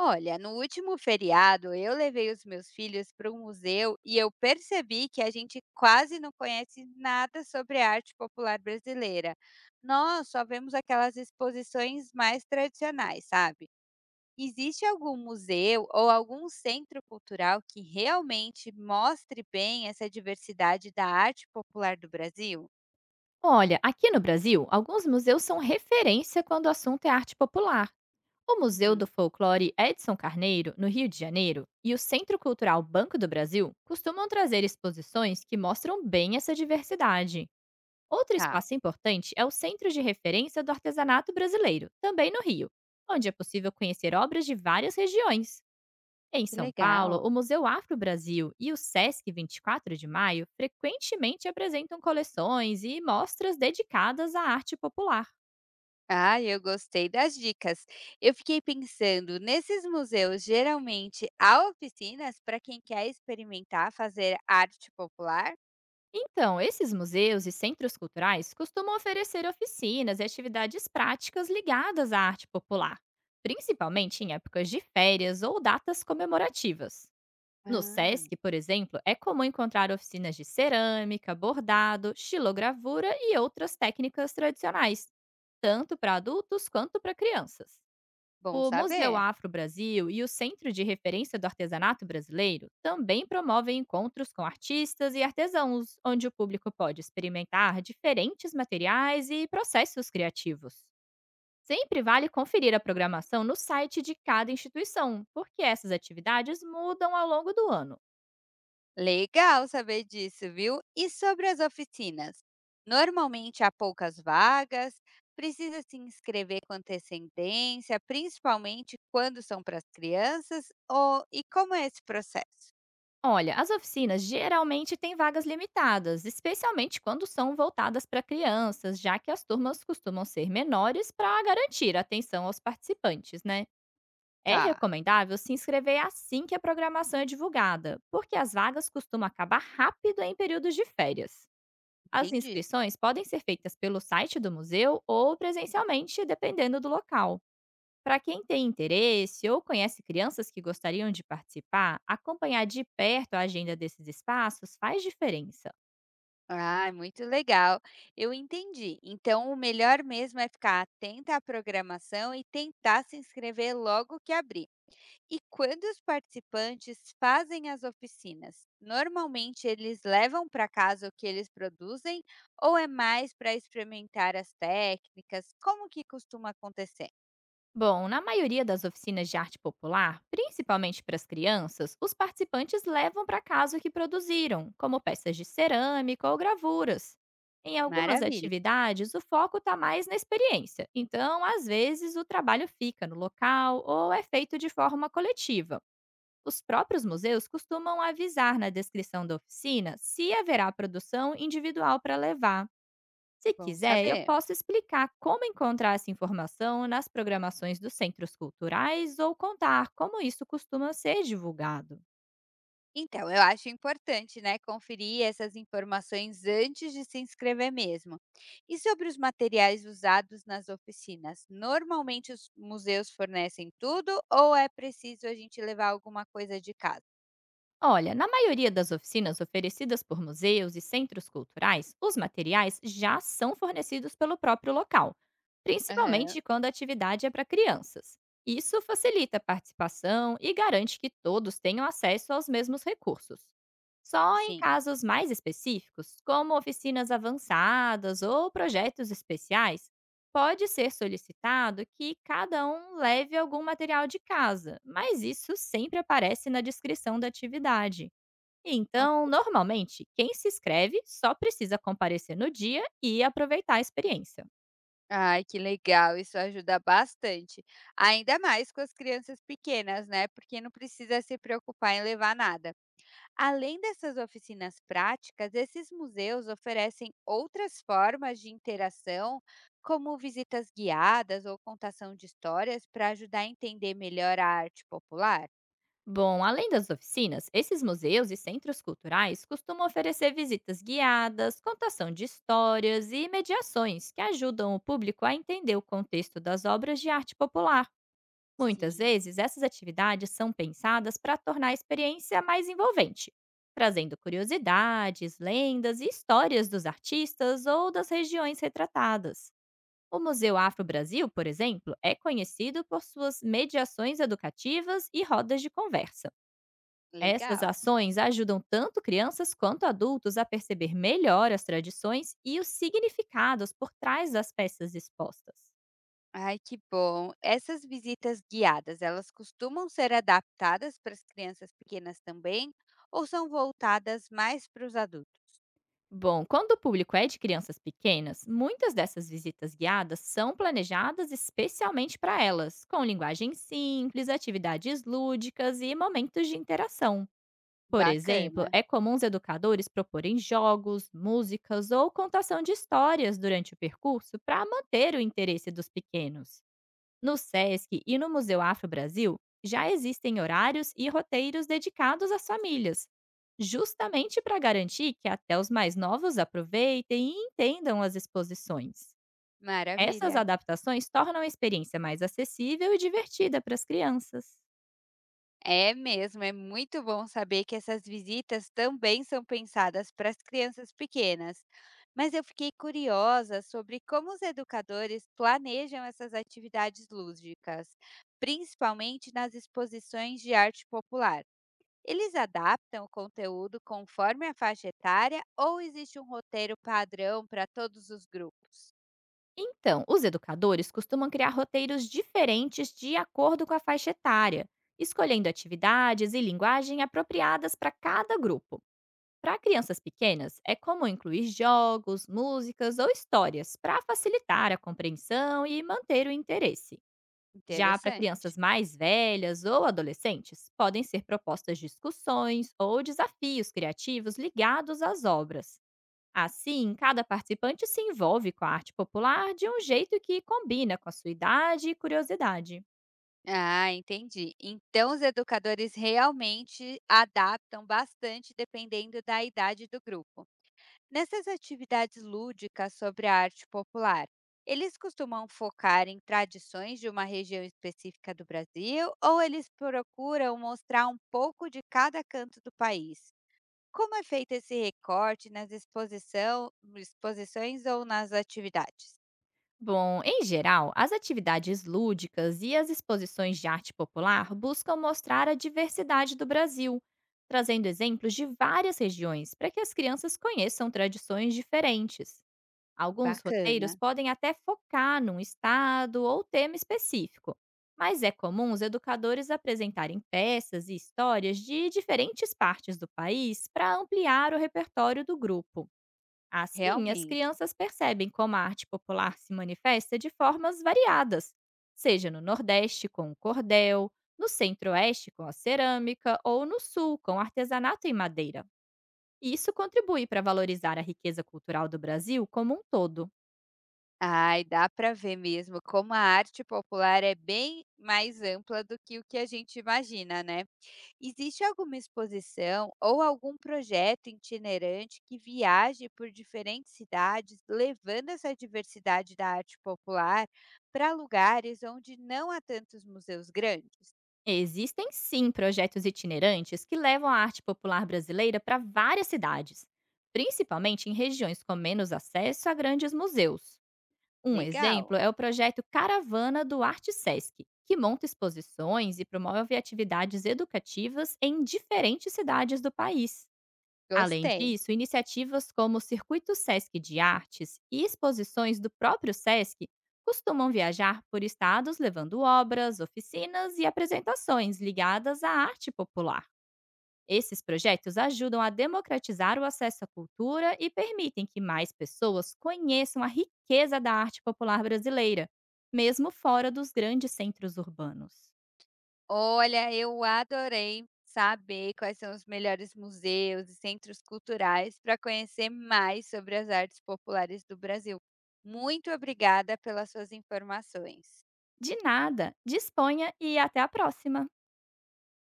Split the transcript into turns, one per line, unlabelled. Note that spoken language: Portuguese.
Olha, no último feriado eu levei os meus filhos para um museu e eu percebi que a gente quase não conhece nada sobre a arte popular brasileira. Nós só vemos aquelas exposições mais tradicionais, sabe? Existe algum museu ou algum centro cultural que realmente mostre bem essa diversidade da arte popular do Brasil?
Olha, aqui no Brasil, alguns museus são referência quando o assunto é arte popular. O Museu do
Uhum.
Folclore Edson Carneiro, no Rio de Janeiro, e o Centro Cultural Banco do Brasil costumam trazer exposições que mostram bem essa diversidade. Outro
Tá.
espaço importante é o Centro de Referência do Artesanato Brasileiro, também no Rio, onde é possível conhecer obras de várias regiões. Em
Que
São Paulo,
legal.
o Museu Afro Brasil e o SESC 24 de Maio frequentemente apresentam coleções e mostras dedicadas à arte popular.
Ah, eu gostei das dicas. Eu fiquei pensando, nesses museus, geralmente há oficinas para quem quer experimentar fazer arte popular?
Então, esses museus e centros culturais costumam oferecer oficinas e atividades práticas ligadas à arte popular, principalmente em épocas de férias ou datas comemorativas. No
Ah,
SESC, por exemplo, é comum encontrar oficinas de cerâmica, bordado, xilogravura e outras técnicas tradicionais, tanto para adultos quanto para crianças.
bom
O Museu
saber.
Afro Brasil e o Centro de Referência do Artesanato Brasileiro também promovem encontros com artistas e artesãos, onde o público pode experimentar diferentes materiais e processos criativos. Sempre vale conferir a programação no site de cada instituição, porque essas atividades mudam ao longo do ano.
Legal saber disso, viu? E sobre as oficinas? Normalmente há poucas vagas, precisa se inscrever com antecedência, principalmente quando são para as crianças, ou e como é esse processo?
Olha, as oficinas geralmente têm vagas limitadas, especialmente quando são voltadas para crianças, já que as turmas costumam ser menores para garantir atenção aos participantes, né? É
Tá,
recomendável se inscrever assim que a programação é divulgada, porque as vagas costumam acabar rápido em períodos de férias. As
entendi.
inscrições podem ser feitas pelo site do museu ou presencialmente, dependendo do local. Para quem tem interesse ou conhece crianças que gostariam de participar, acompanhar de perto a agenda desses espaços faz diferença.
Ah, muito legal. Eu entendi. Então, o melhor mesmo é ficar atenta à programação e tentar se inscrever logo que abrir. E quando os participantes fazem as oficinas, normalmente eles levam para casa o que eles produzem ou é mais para experimentar as técnicas? Como que costuma acontecer?
Bom, na maioria das oficinas de arte popular, principalmente para as crianças, os participantes levam para casa o que produziram, como peças de cerâmica ou gravuras. Em algumas
Maravilha,
atividades, o foco está mais na experiência, então, às vezes, o trabalho fica no local ou é feito de forma coletiva. Os próprios museus costumam avisar na descrição da oficina se haverá produção individual para levar. Se
bom
quiser, eu
saber.
posso explicar como encontrar essa informação nas programações dos centros culturais ou contar como isso costuma ser divulgado.
Então, eu acho importante, né, conferir essas informações antes de se inscrever mesmo. E sobre os materiais usados nas oficinas, normalmente os museus fornecem tudo ou é preciso a gente levar alguma coisa de casa?
Olha, na maioria das oficinas oferecidas por museus e centros culturais, os materiais já são fornecidos pelo próprio local,
Aham,
principalmente quando a atividade é para crianças. Isso facilita a participação e garante que todos tenham acesso aos mesmos recursos. Só em
sim.
casos mais específicos, como oficinas avançadas ou projetos especiais, pode ser solicitado que cada um leve algum material de casa, mas isso sempre aparece na descrição da atividade. Então,
Ok.
normalmente, quem se inscreve só precisa comparecer no dia e aproveitar a experiência.
Ai, que legal, isso ajuda bastante. Ainda mais com as crianças pequenas, né? Porque não precisa se preocupar em levar nada. Além dessas oficinas práticas, esses museus oferecem outras formas de interação, como visitas guiadas ou contação de histórias para ajudar a entender melhor a arte popular.
Bom, além das oficinas, esses museus e centros culturais costumam oferecer visitas guiadas, contação de histórias e mediações que ajudam o público a entender o contexto das obras de arte popular. Muitas
Sim.
vezes, essas atividades são pensadas para tornar a experiência mais envolvente, trazendo curiosidades, lendas e histórias dos artistas ou das regiões retratadas. O Museu Afro Brasil, por exemplo, é conhecido por suas mediações educativas e rodas de conversa. Essas
Legal.
ações ajudam tanto crianças quanto adultos a perceber melhor as tradições e os significados por trás das peças expostas.
Ai, que bom. Essas visitas guiadas, elas costumam ser adaptadas para as crianças pequenas também ou são voltadas mais para os adultos?
Bom, quando o público é de crianças pequenas, muitas dessas visitas guiadas são planejadas especialmente para elas, com linguagem simples, atividades lúdicas e momentos de interação. Por exemplo,
Bacana.
é comum os educadores proporem jogos, músicas ou contação de histórias durante o percurso para manter o interesse dos pequenos. No SESC e no Museu Afro Brasil já existem horários e roteiros dedicados às famílias, justamente para garantir que até os mais novos aproveitem e entendam as exposições. Essas
Maravilha.
adaptações tornam a experiência mais acessível e divertida para as crianças.
É mesmo, é muito bom saber que essas visitas também são pensadas para as crianças pequenas. Mas eu fiquei curiosa sobre como os educadores planejam essas atividades lúdicas, principalmente nas exposições de arte popular. Eles adaptam o conteúdo conforme a faixa etária ou existe um roteiro padrão para todos os grupos?
Então, os educadores costumam criar roteiros diferentes de acordo com a faixa etária, escolhendo atividades e linguagem apropriadas para cada grupo. Para crianças pequenas, é comum incluir jogos, músicas ou histórias para facilitar a compreensão e manter o interesse. Já para
Interessante.
crianças mais velhas ou adolescentes, podem ser propostas discussões ou desafios criativos ligados às obras. Assim, cada participante se envolve com a arte popular de um jeito que combina com a sua idade e curiosidade.
Ah, entendi. Então, os educadores realmente adaptam bastante dependendo da idade do grupo. Nessas atividades lúdicas sobre a arte popular, eles costumam focar em tradições de uma região específica do Brasil ou eles procuram mostrar um pouco de cada canto do país? Como é feito esse recorte exposições ou nas atividades?
Bom, em geral, as atividades lúdicas e as exposições de arte popular buscam mostrar a diversidade do Brasil, trazendo exemplos de várias regiões para que as crianças conheçam tradições diferentes. Alguns
Bacana,
roteiros podem até focar num estado ou tema específico, mas é comum os educadores apresentarem peças e histórias de diferentes partes do país para ampliar o repertório do grupo. Assim, as
realmente.
crianças percebem como a arte popular se manifesta de formas variadas, seja no Nordeste com o cordel, no Centro-Oeste com a cerâmica ou no Sul com artesanato em madeira. E isso contribui para valorizar a riqueza cultural do Brasil como um todo.
Ai, dá para ver mesmo como a arte popular é bem mais ampla do que o que a gente imagina, né? Existe alguma exposição ou algum projeto itinerante que viaje por diferentes cidades, levando essa diversidade da arte popular para lugares onde não há tantos museus grandes?
Existem sim projetos itinerantes que levam a arte popular brasileira para várias cidades, principalmente em regiões com menos acesso a grandes museus. Um
Legal,
exemplo é o projeto Caravana do Arte Sesc, que monta exposições e promove atividades educativas em diferentes cidades do país. Além
gostei.
disso, iniciativas como o Circuito Sesc de Artes e exposições do próprio Sesc costumam viajar por estados levando obras, oficinas e apresentações ligadas à arte popular. Esses projetos ajudam a democratizar o acesso à cultura e permitem que mais pessoas conheçam a riqueza da arte popular brasileira, mesmo fora dos grandes centros urbanos.
Olha, eu adorei saber quais são os melhores museus e centros culturais para conhecer mais sobre as artes populares do Brasil. Muito obrigada pelas suas informações.
De nada, disponha e até a próxima!